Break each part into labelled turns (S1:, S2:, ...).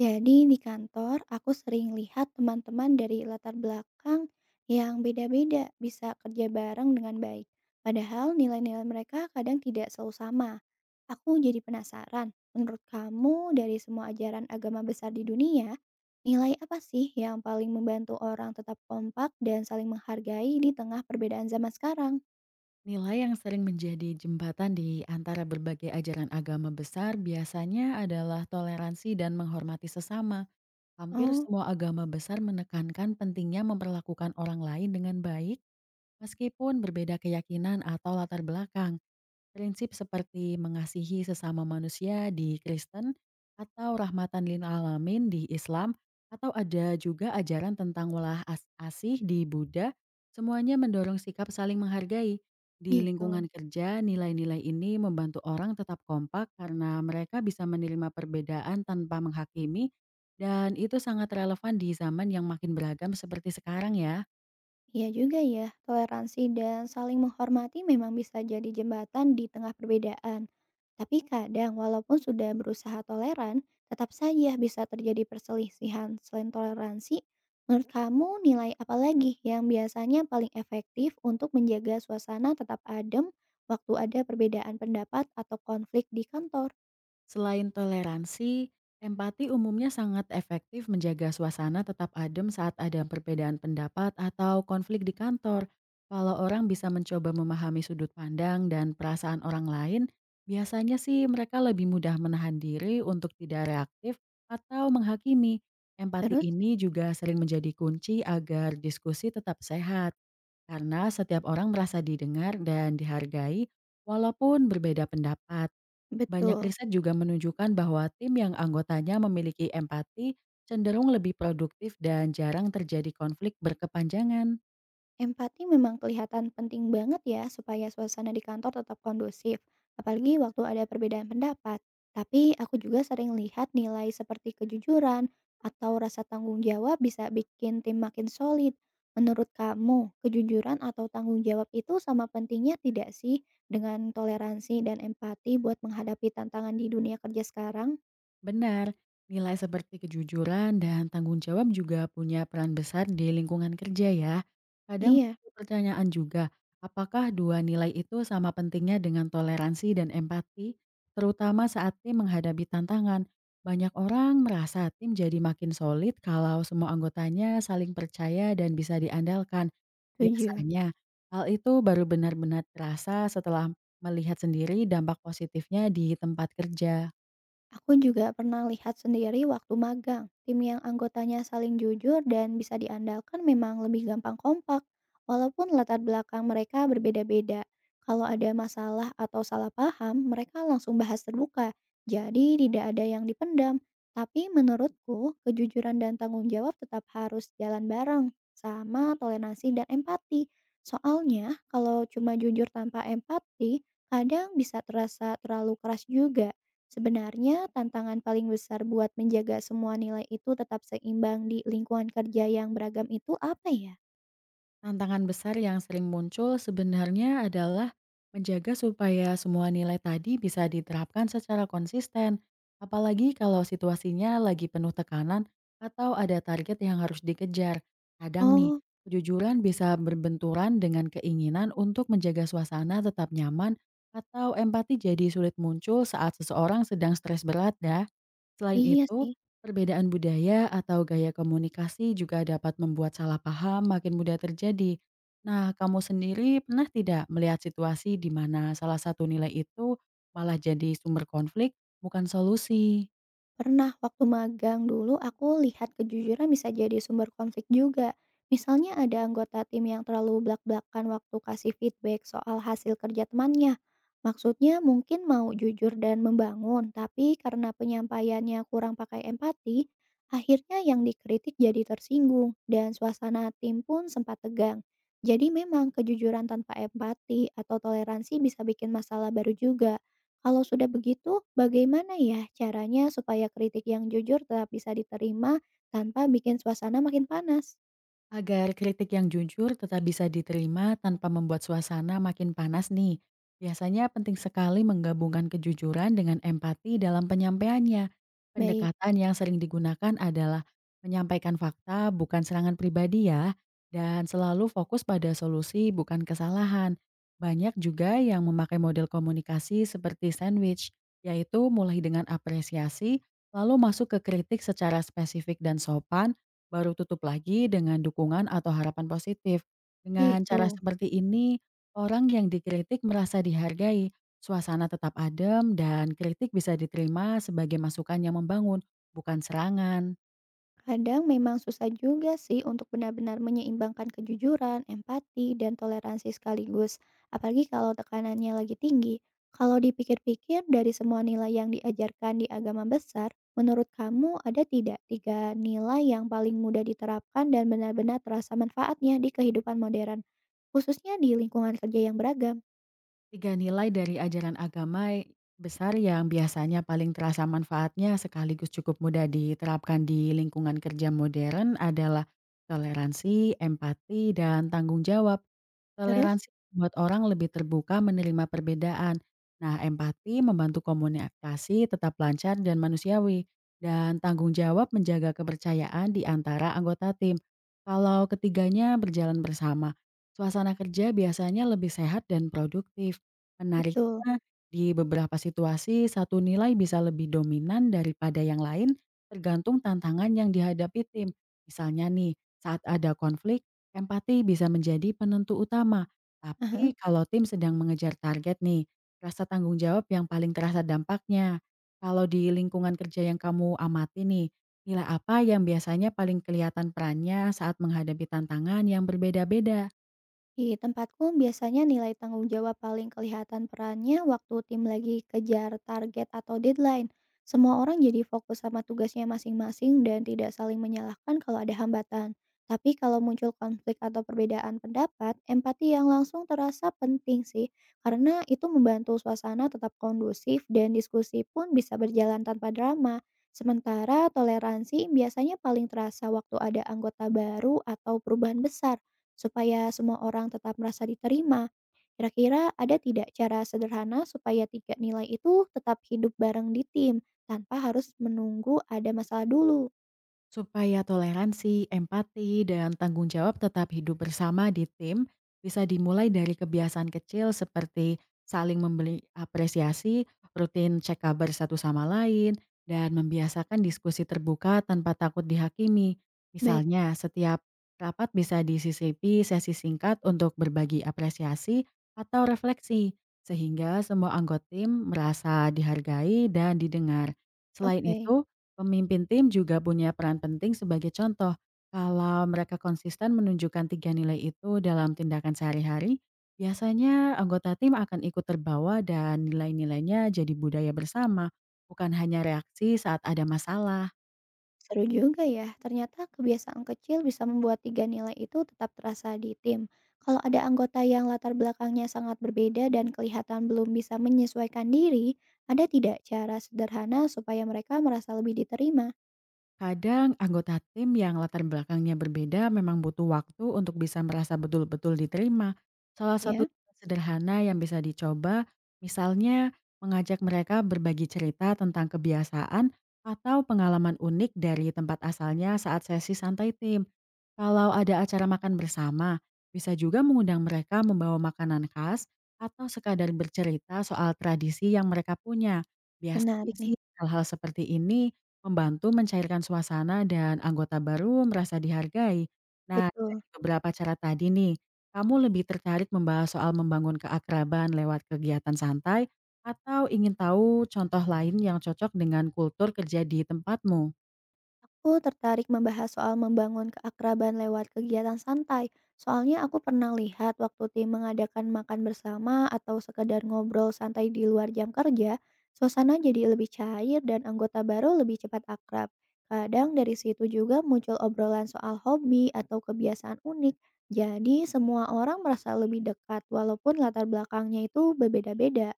S1: Jadi di kantor aku sering lihat teman-teman dari latar belakang yang beda-beda bisa kerja bareng dengan baik. Padahal nilai-nilai mereka kadang tidak selalu sama. Aku jadi penasaran, menurut kamu dari semua ajaran agama besar di dunia, nilai apa sih yang paling membantu orang tetap kompak dan saling menghargai di tengah perbedaan zaman sekarang?
S2: Nilai yang sering menjadi jembatan di antara berbagai ajaran agama besar biasanya adalah toleransi dan menghormati sesama. Hampir
S1: Oh,
S2: semua agama besar menekankan pentingnya memperlakukan orang lain dengan baik, meskipun berbeda keyakinan atau latar belakang. Prinsip seperti mengasihi sesama manusia di Kristen atau rahmatan lil alamin di Islam atau ada juga ajaran tentang welah asih di Buddha, semuanya mendorong sikap saling menghargai. Di
S1: gitu.
S2: lingkungan kerja, nilai-nilai ini membantu orang tetap kompak karena mereka bisa menerima perbedaan tanpa menghakimi, dan itu sangat relevan di zaman yang makin beragam seperti sekarang ya.
S1: Iya juga ya, toleransi dan saling menghormati memang bisa jadi jembatan di tengah perbedaan. Tapi kadang walaupun sudah berusaha toleran, tetap saja bisa terjadi perselisihan. Selain toleransi, menurut kamu nilai apa lagi yang biasanya paling efektif untuk menjaga suasana tetap adem waktu ada perbedaan pendapat atau konflik di kantor?
S2: Selain toleransi, empati umumnya sangat efektif menjaga suasana tetap adem saat ada perbedaan pendapat atau konflik di kantor. Kalau orang bisa mencoba memahami sudut pandang dan perasaan orang lain, biasanya sih mereka lebih mudah menahan diri untuk tidak reaktif atau menghakimi. Empati
S1: Terus,
S2: ini juga sering menjadi kunci agar diskusi tetap sehat, karena setiap orang merasa didengar dan dihargai walaupun berbeda pendapat. Banyak
S1: betul.
S2: riset juga menunjukkan bahwa tim yang anggotanya memiliki empati cenderung lebih produktif dan jarang terjadi konflik berkepanjangan.
S1: Empati memang kelihatan penting banget ya supaya suasana di kantor tetap kondusif, apalagi waktu ada perbedaan pendapat. Tapi aku juga sering lihat nilai seperti kejujuran atau rasa tanggung jawab bisa bikin tim makin solid. Menurut kamu, kejujuran atau tanggung jawab itu sama pentingnya tidak sih dengan toleransi dan empati buat menghadapi tantangan di dunia kerja sekarang?
S2: Benar, nilai seperti kejujuran dan tanggung jawab juga punya peran besar di lingkungan kerja ya. Kadang
S1: Iya,
S2: muncul pertanyaan juga, apakah dua nilai itu sama pentingnya dengan toleransi dan empati, terutama saat tim menghadapi tantangan. Banyak orang merasa tim jadi makin solid kalau semua anggotanya saling percaya dan bisa diandalkan.
S1: setuju.
S2: Biasanya, hal itu baru benar-benar terasa setelah melihat sendiri dampak positifnya di tempat kerja.
S1: Aku juga pernah lihat sendiri waktu magang, tim yang anggotanya saling jujur dan bisa diandalkan memang lebih gampang kompak, walaupun latar belakang mereka berbeda-beda. Kalau ada masalah atau salah paham, mereka langsung bahas terbuka, jadi tidak ada yang dipendam. Tapi menurutku, kejujuran dan tanggung jawab tetap harus jalan bareng, sama toleransi dan empati. Soalnya, kalau cuma jujur tanpa empati, kadang bisa terasa terlalu keras juga. Sebenarnya, tantangan paling besar buat menjaga semua nilai itu tetap seimbang di lingkungan kerja yang beragam itu apa ya?
S2: Tantangan besar yang sering muncul sebenarnya adalah menjaga supaya semua nilai tadi bisa diterapkan secara konsisten, apalagi kalau situasinya lagi penuh tekanan atau ada target yang harus dikejar. Kadang nih,
S1: Oh,
S2: kejujuran bisa berbenturan dengan keinginan untuk menjaga suasana tetap nyaman atau empati jadi sulit muncul saat seseorang sedang stres berat ya. Selain
S1: iya
S2: itu,
S1: sih.
S2: perbedaan budaya atau gaya komunikasi juga dapat membuat salah paham makin mudah terjadi. Nah, kamu sendiri pernah tidak melihat situasi di mana salah satu nilai itu malah jadi sumber konflik, bukan solusi?
S1: Pernah, waktu magang dulu aku lihat kejujuran bisa jadi sumber konflik juga. Misalnya ada anggota tim yang terlalu blak-blakan waktu kasih feedback soal hasil kerja temannya. Maksudnya mungkin mau jujur dan membangun, tapi karena penyampaiannya kurang pakai empati, akhirnya yang dikritik jadi tersinggung dan suasana tim pun sempat tegang. Jadi memang kejujuran tanpa empati atau toleransi bisa bikin masalah baru juga. Kalau sudah begitu, bagaimana ya caranya supaya kritik yang jujur tetap bisa diterima tanpa bikin suasana makin panas?
S2: Agar kritik yang jujur tetap bisa diterima tanpa membuat suasana makin panas nih. Biasanya penting sekali menggabungkan kejujuran dengan empati dalam penyampaiannya.
S1: Baik,
S2: Pendekatan yang sering digunakan adalah menyampaikan fakta bukan serangan pribadi ya, dan selalu fokus pada solusi bukan kesalahan. Banyak juga yang memakai model komunikasi seperti sandwich, yaitu mulai dengan apresiasi, lalu masuk ke kritik secara spesifik dan sopan, baru tutup lagi dengan dukungan atau harapan positif. Dengan cara
S1: gitu.
S2: seperti ini, orang yang dikritik merasa dihargai, suasana tetap adem, dan kritik bisa diterima sebagai masukan yang membangun, bukan serangan.
S1: Kadang memang susah juga sih untuk benar-benar menyeimbangkan kejujuran, empati, dan toleransi sekaligus. Apalagi kalau tekanannya lagi tinggi. Kalau dipikir-pikir dari semua nilai yang diajarkan di agama besar, menurut kamu ada tidak tiga nilai yang paling mudah diterapkan dan benar-benar terasa manfaatnya di kehidupan modern, khususnya di lingkungan kerja yang beragam?
S2: 3 nilai dari ajaran agama besar yang biasanya paling terasa manfaatnya sekaligus cukup mudah diterapkan di lingkungan kerja modern adalah toleransi, empati, dan tanggung jawab.
S1: Terus?
S2: Toleransi membuat orang lebih terbuka menerima perbedaan. Nah, empati membantu komunikasi tetap lancar dan manusiawi. Dan tanggung jawab menjaga kepercayaan di antara anggota tim. Kalau ketiganya berjalan bersama, suasana kerja biasanya lebih sehat dan produktif.
S1: Betul.
S2: Menariknya, di beberapa situasi, satu nilai bisa lebih dominan daripada yang lain tergantung tantangan yang dihadapi tim. Misalnya nih, saat ada konflik, empati bisa menjadi penentu utama.
S1: Aha.
S2: Tapi kalau tim sedang mengejar target nih, rasa tanggung jawab yang paling terasa dampaknya. Kalau di lingkungan kerja yang kamu amati nih, nilai apa yang biasanya paling kelihatan perannya saat menghadapi tantangan yang berbeda-beda?
S1: Di tempatku biasanya nilai tanggung jawab paling kelihatan perannya waktu tim lagi kejar target atau deadline. Semua orang jadi fokus sama tugasnya masing-masing dan tidak saling menyalahkan kalau ada hambatan. Tapi kalau muncul konflik atau perbedaan pendapat, empati yang langsung terasa penting sih, karena itu membantu suasana tetap kondusif dan diskusi pun bisa berjalan tanpa drama. Sementara toleransi biasanya paling terasa waktu ada anggota baru atau perubahan besar. Supaya semua orang tetap merasa diterima, kira-kira ada tidak cara sederhana supaya tiga nilai itu tetap hidup bareng di tim, tanpa harus menunggu ada masalah dulu?
S2: Supaya toleransi, empati, dan tanggung jawab tetap hidup bersama di tim, bisa dimulai dari kebiasaan kecil seperti saling memberi apresiasi, rutin cek kabar satu sama lain, dan membiasakan diskusi terbuka tanpa takut dihakimi.
S1: Baik,
S2: Misalnya, setiap rapat bisa disisipi sesi singkat untuk berbagi apresiasi atau refleksi, sehingga semua anggota tim merasa dihargai dan didengar. Selain
S1: oke.
S2: itu, pemimpin tim juga punya peran penting sebagai contoh. Kalau mereka konsisten menunjukkan tiga nilai itu dalam tindakan sehari-hari, biasanya anggota tim akan ikut terbawa dan nilai-nilainya jadi budaya bersama, bukan hanya reaksi saat ada masalah.
S1: Seru juga ya, ternyata kebiasaan kecil bisa membuat tiga nilai itu tetap terasa di tim. Kalau ada anggota yang latar belakangnya sangat berbeda dan kelihatan belum bisa menyesuaikan diri, ada tidak cara sederhana supaya mereka merasa lebih diterima?
S2: Kadang anggota tim yang latar belakangnya berbeda memang butuh waktu untuk bisa merasa betul-betul diterima. Salah satu
S1: Ya,
S2: cara sederhana yang bisa dicoba, misalnya mengajak mereka berbagi cerita tentang kebiasaan atau pengalaman unik dari tempat asalnya saat sesi santai tim. Kalau ada acara makan bersama, bisa juga mengundang mereka membawa makanan khas atau sekadar bercerita soal tradisi yang mereka punya. Biasanya
S1: menarik nih.
S2: sih hal-hal seperti ini membantu mencairkan suasana dan anggota baru merasa dihargai. Nah,
S1: Betul.
S2: dari beberapa cara tadi nih, kamu lebih tertarik membahas soal membangun keakraban lewat kegiatan santai atau ingin tahu contoh lain yang cocok dengan kultur kerja di tempatmu?
S1: Aku tertarik membahas soal membangun keakraban lewat kegiatan santai. Soalnya aku pernah lihat waktu tim mengadakan makan bersama atau sekedar ngobrol santai di luar jam kerja, suasana jadi lebih cair dan anggota baru lebih cepat akrab. Kadang dari situ juga muncul obrolan soal hobi atau kebiasaan unik. Jadi semua orang merasa lebih dekat walaupun latar belakangnya itu berbeda-beda.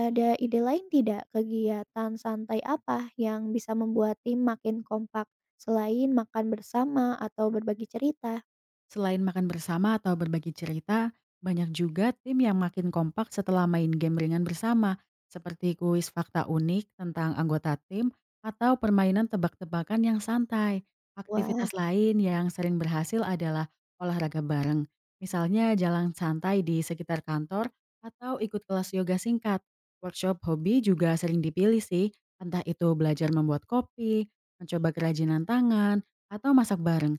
S1: Ada ide lain tidak, kegiatan santai apa yang bisa membuat tim makin kompak, selain makan bersama atau berbagi cerita?
S2: Selain makan bersama atau berbagi cerita, banyak juga tim yang makin kompak setelah main game ringan bersama, seperti kuis fakta unik tentang anggota tim atau permainan tebak-tebakan yang santai.
S1: Wah,
S2: Aktivitas lain yang sering berhasil adalah olahraga bareng, misalnya jalan santai di sekitar kantor atau ikut kelas yoga singkat. Workshop hobi juga sering dipilih sih, entah itu belajar membuat kopi, mencoba kerajinan tangan, atau masak bareng.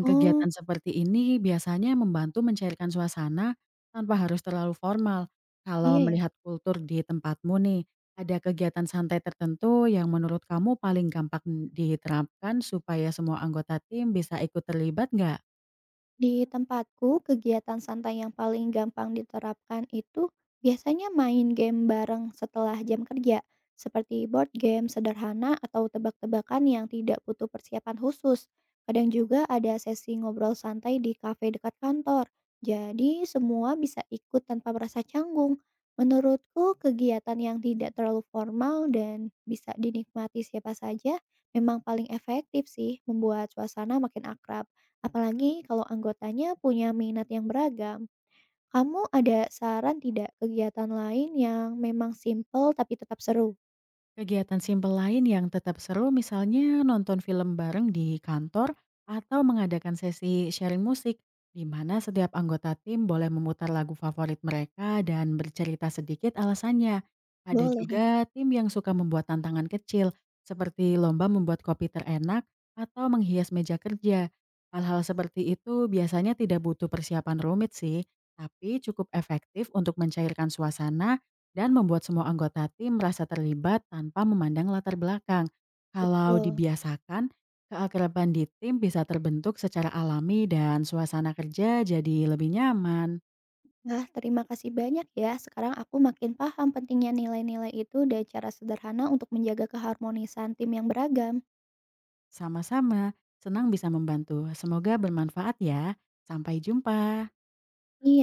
S1: oh,
S2: seperti ini biasanya membantu mencairkan suasana tanpa harus terlalu formal. Kalau
S1: iya ya.
S2: melihat kultur di tempatmu nih, ada kegiatan santai tertentu yang menurut kamu paling gampang diterapkan supaya semua anggota tim bisa ikut terlibat nggak?
S1: Di tempatku, kegiatan santai yang paling gampang diterapkan itu biasanya main game bareng setelah jam kerja, seperti board game sederhana atau tebak-tebakan yang tidak butuh persiapan khusus. Kadang juga ada sesi ngobrol santai di kafe dekat kantor, jadi semua bisa ikut tanpa merasa canggung. Menurutku, kegiatan yang tidak terlalu formal dan bisa dinikmati siapa saja memang paling efektif sih membuat suasana makin akrab. Apalagi kalau anggotanya punya minat yang beragam. Kamu ada saran tidak kegiatan lain yang memang simple tapi tetap seru?
S2: Kegiatan simpel lain yang tetap seru misalnya nonton film bareng di kantor atau mengadakan sesi sharing musik di mana setiap anggota tim boleh memutar lagu favorit mereka dan bercerita sedikit alasannya. Ada
S1: Boleh nih.
S2: juga tim yang suka membuat tantangan kecil seperti lomba membuat kopi terenak atau menghias meja kerja. Hal-hal seperti itu biasanya tidak butuh persiapan rumit sih, tapi cukup efektif untuk mencairkan suasana dan membuat semua anggota tim merasa terlibat tanpa memandang latar belakang. Kalau
S1: Betul.
S2: dibiasakan, keakraban di tim bisa terbentuk secara alami dan suasana kerja jadi lebih nyaman.
S1: Wah, terima kasih banyak ya. Sekarang aku makin paham pentingnya nilai-nilai itu dan cara sederhana untuk menjaga keharmonisan tim yang beragam.
S2: Sama-sama, senang bisa membantu. Semoga bermanfaat ya. Sampai jumpa.
S1: Iya.